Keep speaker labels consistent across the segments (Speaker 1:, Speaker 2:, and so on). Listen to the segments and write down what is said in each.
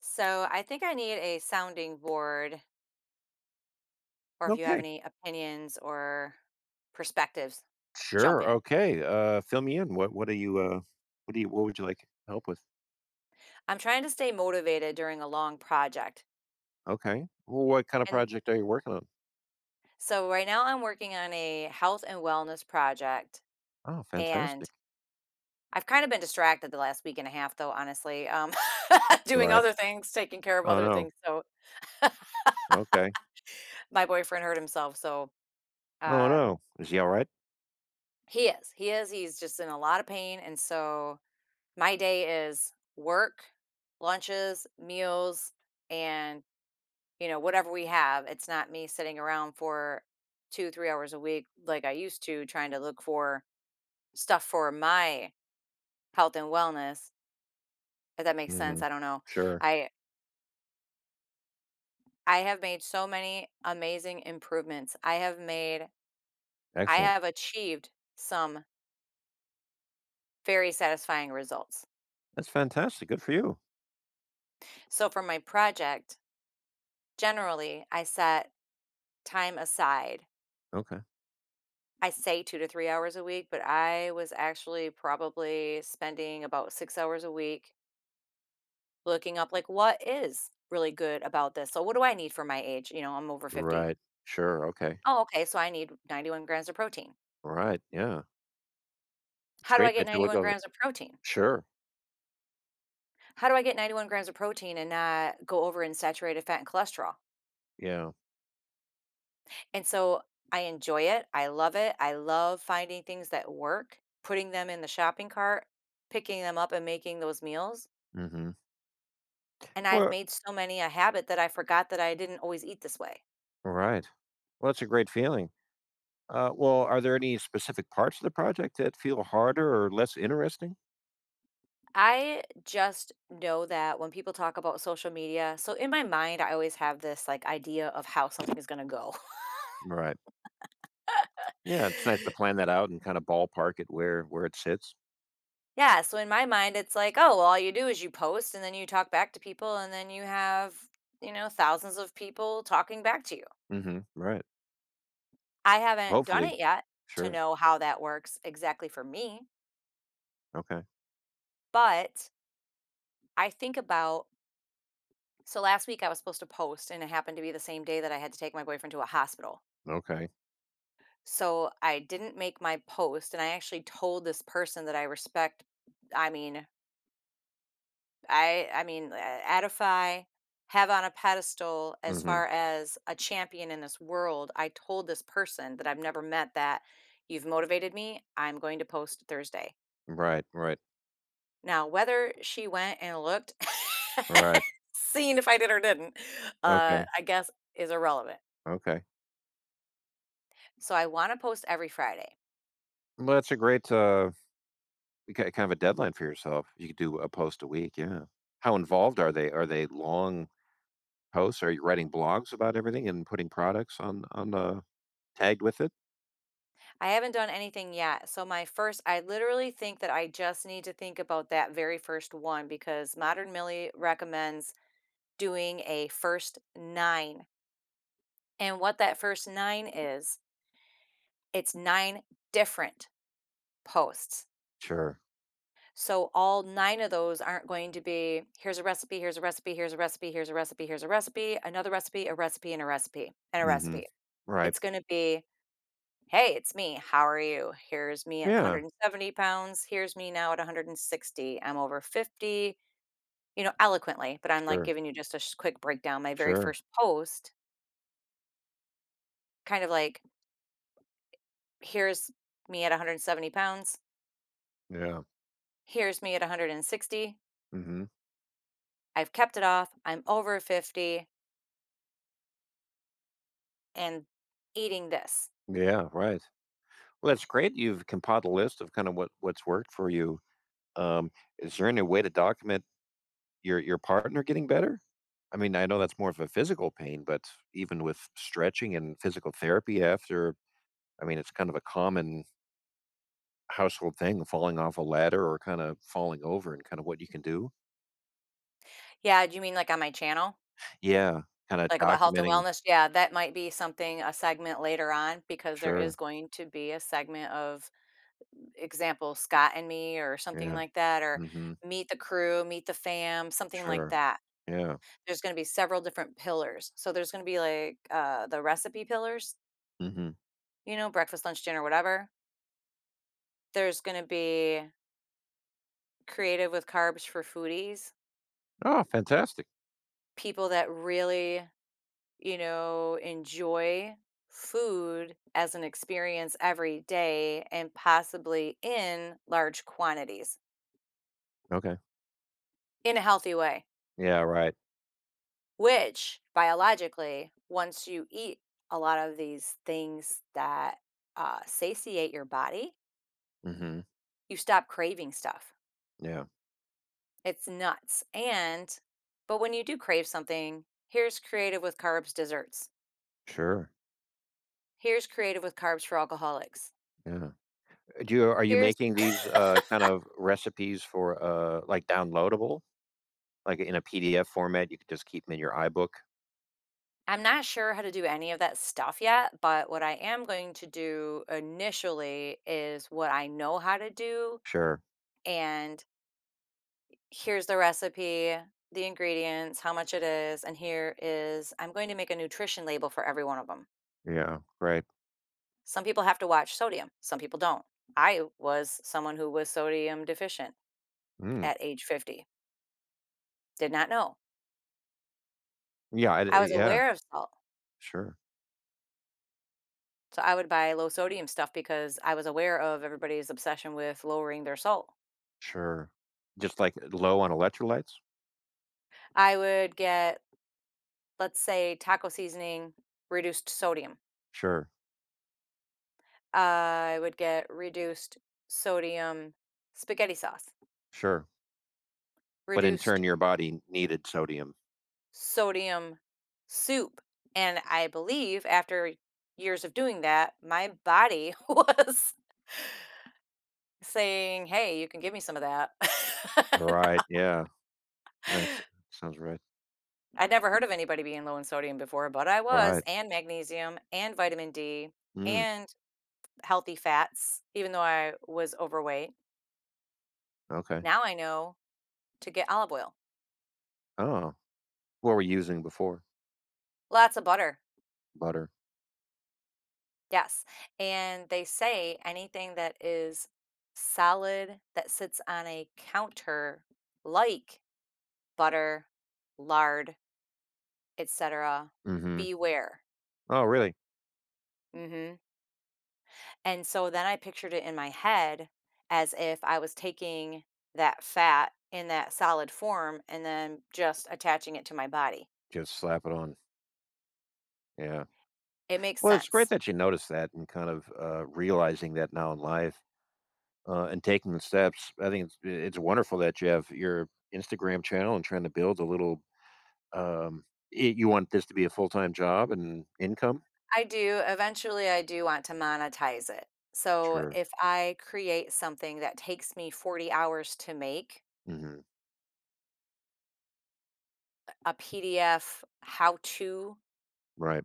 Speaker 1: So I think I need a sounding board, or if you have
Speaker 2: Okay.
Speaker 1: any opinions or perspectives, jump
Speaker 2: Sure.
Speaker 1: in.
Speaker 2: Okay. Fill me in. What are you? What do you? What would you like help with?
Speaker 1: I'm trying to stay motivated during a long project.
Speaker 2: Okay. Well, what kind of
Speaker 1: And
Speaker 2: project are you working on?
Speaker 1: so right now I'm working on a health and wellness project.
Speaker 2: Oh,
Speaker 1: And
Speaker 2: fantastic.
Speaker 1: I've kind of been distracted the last week and a half, though, honestly, doing
Speaker 2: Right.
Speaker 1: other things, taking care of
Speaker 2: Oh
Speaker 1: other
Speaker 2: no.
Speaker 1: things. So
Speaker 2: Okay.
Speaker 1: my boyfriend hurt himself. So
Speaker 2: Oh
Speaker 1: uh,
Speaker 2: no. Is he all right?
Speaker 1: he's just in a lot of pain. And so my day is work, lunches, meals, and whatever we have. It's not me sitting around for 2, 3 hours a week like I used to, trying to look for stuff for my health and wellness. If that makes
Speaker 2: Mm-hmm.
Speaker 1: sense, I don't know.
Speaker 2: Sure.
Speaker 1: I I have made so many amazing improvements. I
Speaker 2: Excellent.
Speaker 1: have achieved some very satisfying results.
Speaker 2: That's fantastic. Good for you.
Speaker 1: So for my project, generally I set time aside.
Speaker 2: Okay.
Speaker 1: I say 2 to 3 hours a week, but I was actually probably spending about 6 hours a week looking up, like, "What is really good about this? So what do I need for my age?" You know, I'm over 50.
Speaker 2: Right. Sure. Okay.
Speaker 1: "Oh, okay, so I need 91 grams of protein.
Speaker 2: All right. Yeah. It's
Speaker 1: How do I
Speaker 2: great
Speaker 1: get
Speaker 2: that you look
Speaker 1: 91
Speaker 2: over.
Speaker 1: grams of protein?
Speaker 2: Sure.
Speaker 1: How do I get 91 grams of protein and not go over in saturated fat and cholesterol?"
Speaker 2: Yeah.
Speaker 1: And so I enjoy it, I love finding things that work, putting them in the shopping cart, picking them up and making those meals.
Speaker 2: Mm-hmm.
Speaker 1: And I've
Speaker 2: Well.
Speaker 1: made so many a habit that I forgot that I didn't always eat this way.
Speaker 2: Right. Well, that's a great feeling. Well, are there any specific parts of the project that feel harder or less interesting?
Speaker 1: I just know that when people talk about social media, so in my mind, I always have this like idea of how something is going to go.
Speaker 2: Right. Yeah, it's nice to plan that out and kinda ballpark it where it sits.
Speaker 1: Yeah. So in my mind, it's like, oh, well, all you do is you post and then you talk back to people and then you have, thousands of people talking back to you.
Speaker 2: Mhm, right.
Speaker 1: I haven't done
Speaker 2: Hopefully.
Speaker 1: it yet to
Speaker 2: Sure.
Speaker 1: know how that works exactly for me,
Speaker 2: Okay.
Speaker 1: but I think about, so last week I was supposed to post and it happened to be the same day that I had to take my boyfriend to a hospital.
Speaker 2: Okay.
Speaker 1: So I didn't make my post and I actually told this person that I respect, I mean, I I mean, uh, edify, have on a pedestal as
Speaker 2: Mhm.
Speaker 1: far as a champion in this world. I told this person that I've never met that you've motivated me. I'm going to post Thursday.
Speaker 2: Right, right,
Speaker 1: Now, whether she went and looked
Speaker 2: right.
Speaker 1: seen if I did or didn't,
Speaker 2: Okay,
Speaker 1: I guess is irrelevant.
Speaker 2: okay.
Speaker 1: So I want to post every Friday.
Speaker 2: Well, that's a great, ki kind of a deadline for yourself. You could do a post a week, yeah. How involved are they? Are they long posts? Are you writing blogs about everything and putting products on tagged with it?
Speaker 1: I haven't done anything yet. So my first I literally think that I just need to think about that very first one because Modern Millie recommends doing a first 9. And what that first 9 is, it's 9 different posts.
Speaker 2: Sure.
Speaker 1: So all 9 of those aren't going to be here's a recipe, here's a recipe, here's a recipe, here's a recipe, here's a recipe, another recipe, a recipe and a recipe and a
Speaker 2: Mhm.
Speaker 1: recipe.
Speaker 2: Right.
Speaker 1: It's going to be, "Hey, it's me. How are you? Here's me at
Speaker 2: Yeah.
Speaker 1: 170 pounds. Here's me now at 160. I'm over 50," eloquently, but I'm like
Speaker 2: Sure.
Speaker 1: giving you just a quick breakdown. My very
Speaker 2: Sure.
Speaker 1: first post, kind of like, here's me at 170 pounds.
Speaker 2: Yeah.
Speaker 1: Here's me at 160.
Speaker 2: Mhm.
Speaker 1: I've kept it off. I'm over 50 and eating this.
Speaker 2: Yeah, right. Well, that's great you've compiled a list of kind of what's worked for you. Um, is there any way to document your partner getting better? I mean, I know that's more of a physical pain, but even with stretching and physical therapy after, I mean, it's kind of a common household thing, falling off a ladder or kind of falling over and kind of what you can do.
Speaker 1: Yeah, do you mean like on my channel?
Speaker 2: Yeah, kind of
Speaker 1: Like about health and
Speaker 2: documenting.
Speaker 1: wellness? Yeah, that might be something, a segment later on, because there
Speaker 2: Sure.
Speaker 1: is going to be a segment of example, Scott and me or something
Speaker 2: Yeah.
Speaker 1: like that, or
Speaker 2: mm hmm
Speaker 1: meet the crew, meet the fam, something like
Speaker 2: Sure.
Speaker 1: that.
Speaker 2: Yeah.
Speaker 1: There's going to be several different pillars. So there's going to be like the recipe pillars,
Speaker 2: mm hmm
Speaker 1: breakfast, lunch, dinner, whatever. There's going to be creative with carbs for foodies,
Speaker 2: Oh, fantastic.
Speaker 1: people that really, enjoy food as an experience every day and possibly in large quantities
Speaker 2: Okay.
Speaker 1: in a healthy way.
Speaker 2: Yeah. Right.
Speaker 1: Which, biologically, once you eat a lot of these things that, satiate your body,
Speaker 2: mm hmm
Speaker 1: you stop craving stuff.
Speaker 2: Yeah.
Speaker 1: It's nuts, and but when you do crave something, here's creative with carbs desserts.
Speaker 2: Sure.
Speaker 1: Here's creative with carbs for alcoholics.
Speaker 2: Yeah. Do you are you
Speaker 1: Here's
Speaker 2: making these, kind of recipes for, like, downloadable? Like, in a PDF format, you could just keep them in your iBook?
Speaker 1: I'm not sure how to do any of that stuff yet, but what I am going to do initially is what I know how to do,
Speaker 2: Sure.
Speaker 1: and here's the recipe, the ingredients, how much it is, and here is I'm going to make a nutrition label for every one of them.
Speaker 2: Yeah, right.
Speaker 1: Some people have to watch sodium, some people don't. I was someone who was sodium deficient
Speaker 2: Mm.
Speaker 1: at age 50. Did not know.
Speaker 2: Yeah, I
Speaker 1: I was
Speaker 2: yeah.
Speaker 1: aware of salt.
Speaker 2: Sure,
Speaker 1: So I would buy low sodium stuff because I was aware of everybody's obsession with lowering their salt.
Speaker 2: sure. Just, like, low on electrolytes?
Speaker 1: I would get, let's say, taco seasoning, reduced sodium.
Speaker 2: Sure,
Speaker 1: I would get reduced sodium spaghetti sauce,
Speaker 2: sure. But in turn,
Speaker 1: reduced
Speaker 2: your body needed sodium.
Speaker 1: sodium soup. And I believe after years of doing that, my body was saying, "Hey, you can give me some of that."
Speaker 2: Right, yeah. That's sounds right.
Speaker 1: I'd never heard of anybody being low in sodium before, but I was,
Speaker 2: Right.
Speaker 1: and magnesium, and vitamin D,
Speaker 2: Mm,
Speaker 1: and healthy fats, even though I was overweight.
Speaker 2: okay.
Speaker 1: Now I know to get olive oil,
Speaker 2: Oh, what were you using before?
Speaker 1: lots of butter.
Speaker 2: Butter.
Speaker 1: Yes, and they say anything that is solid that sits on a counter like butter, lard, etc.,
Speaker 2: Mhm.
Speaker 1: beware.
Speaker 2: Oh, really?
Speaker 1: Mhm. And so then I pictured it in my head as if I was taking that fat in that solid form and then just attaching it to my body.
Speaker 2: Just slap it on. Yeah.
Speaker 1: It makes
Speaker 2: Well, it's great
Speaker 1: sense.
Speaker 2: that you noticed that and kind of realizing that now in life and taking the steps. I think it's wonderful that you have your Instagram channel and trying to build a little. Um, I you want this to be a full time job and income?
Speaker 1: I do. Eventually, I do want to monetize it. So
Speaker 2: Sure.
Speaker 1: if I create something that takes me 40 hours to make,
Speaker 2: Hmm.
Speaker 1: a PDF how to
Speaker 2: Right.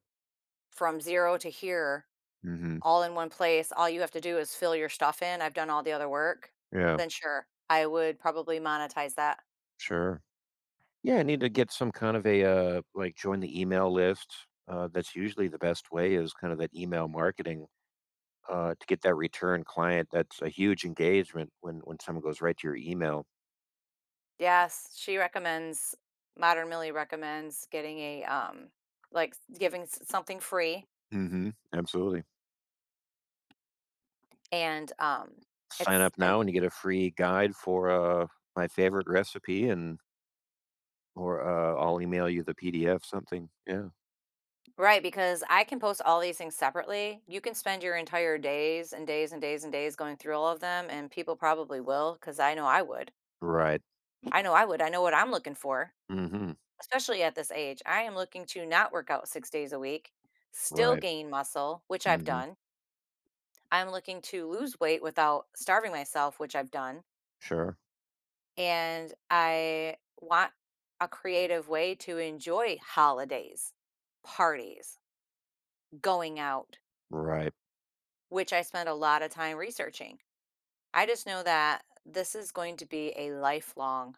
Speaker 1: from zero to here,
Speaker 2: Hmm.
Speaker 1: all in one place, all you have to do is fill your stuff in. I've done all the other work.
Speaker 2: Yeah.
Speaker 1: Then sure, I would probably monetize that.
Speaker 2: Sure. Yeah, I need to get some kind of a like join the email list. That's usually the best way is kind of that email marketing to get that return client. That's a huge engagement when someone goes right to your email.
Speaker 1: Yes, Modern Millie recommends getting like giving something free
Speaker 2: Mhm, absolutely.
Speaker 1: and
Speaker 2: Sign
Speaker 1: it's
Speaker 2: up
Speaker 1: an
Speaker 2: now and you get a free guide for, my favorite recipe and or, I'll email you the PDF, something, yeah.
Speaker 1: Right, because I can post all these things separately. You can spend your entire days and days and days and days going through all of them, and people probably will, because I know I would.
Speaker 2: Right.
Speaker 1: I know I would. I know what I'm looking for,
Speaker 2: Mhm,
Speaker 1: especially at this age. I am looking to not work out 6 days a week, still
Speaker 2: right.
Speaker 1: gain muscle, which I've
Speaker 2: Mhm,
Speaker 1: done. I'm looking to lose weight without starving myself, which I've done.
Speaker 2: sure.
Speaker 1: And I want a creative way to enjoy holidays, parties, going out,
Speaker 2: Right,
Speaker 1: which I spend a lot of time researching. I just know that this is going to be a lifelong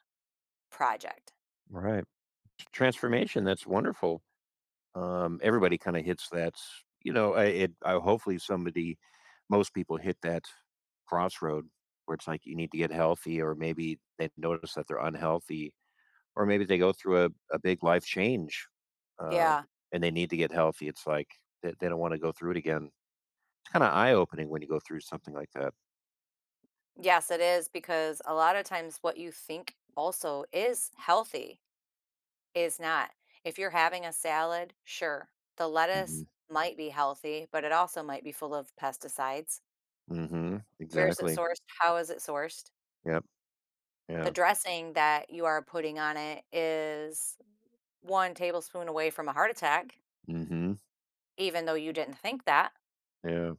Speaker 1: project.
Speaker 2: right. Transformation, that's wonderful. Everybody kinda hits that s I it I hopefully somebody most people hit that crossroad where it's like you need to get healthy or maybe they notice that they're unhealthy. Or maybe they go through a big life change, uh,
Speaker 1: Yeah.
Speaker 2: and they need to get healthy. It's like they don't wanna go through it again. It's kinda eye opening when you go through something like that.
Speaker 1: Yes, it is because a lot of times what you think also is healthy is not. If you're having a salad, sure, the lettuce
Speaker 2: Mhm.
Speaker 1: might be healthy, but it also might be full of pesticides.
Speaker 2: Mhm.
Speaker 1: Where is it
Speaker 2: Exactly.
Speaker 1: sourced? How is it sourced?
Speaker 2: Yep.
Speaker 1: The
Speaker 2: Yeah.
Speaker 1: dressing that you are putting on it is 1 tablespoon away from a heart attack,
Speaker 2: Mhm.
Speaker 1: even though you didn't think that,
Speaker 2: Yeah.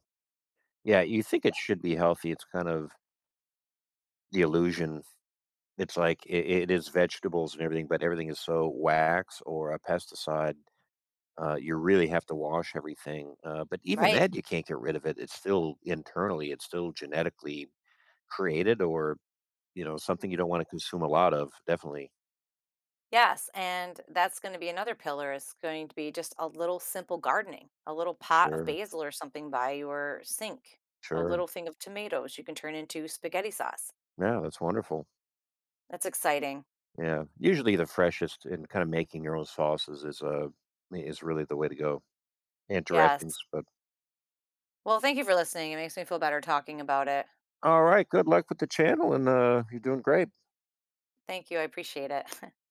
Speaker 2: Yeah, you think it should be healthy. It's kind of the illusion. It's like it is vegetables and everything, but everything is so wax or a pesticide. You really have to wash everything, but even
Speaker 1: right?
Speaker 2: that, you can't get rid of it. It's still internally, it's still genetically created or something you don't wanna consume a lot of, definitely.
Speaker 1: Yes, and that's gonna be another pillar is going to be just a little simple gardening, a little pot of
Speaker 2: Sure,
Speaker 1: basil or something by your sink, a
Speaker 2: sure.
Speaker 1: little thing of tomatoes you can turn into spaghetti sauce.
Speaker 2: Yeah, that's wonderful.
Speaker 1: That's exciting.
Speaker 2: Yeah, usually the freshest and kinda making your own sauces is really the way to go, and
Speaker 1: Yes.
Speaker 2: dressings, but
Speaker 1: Well, thank you for listening. It makes me feel better talking about it.
Speaker 2: alright, good luck with the channel, and, you're doing great.
Speaker 1: Thank you, I appreciate it.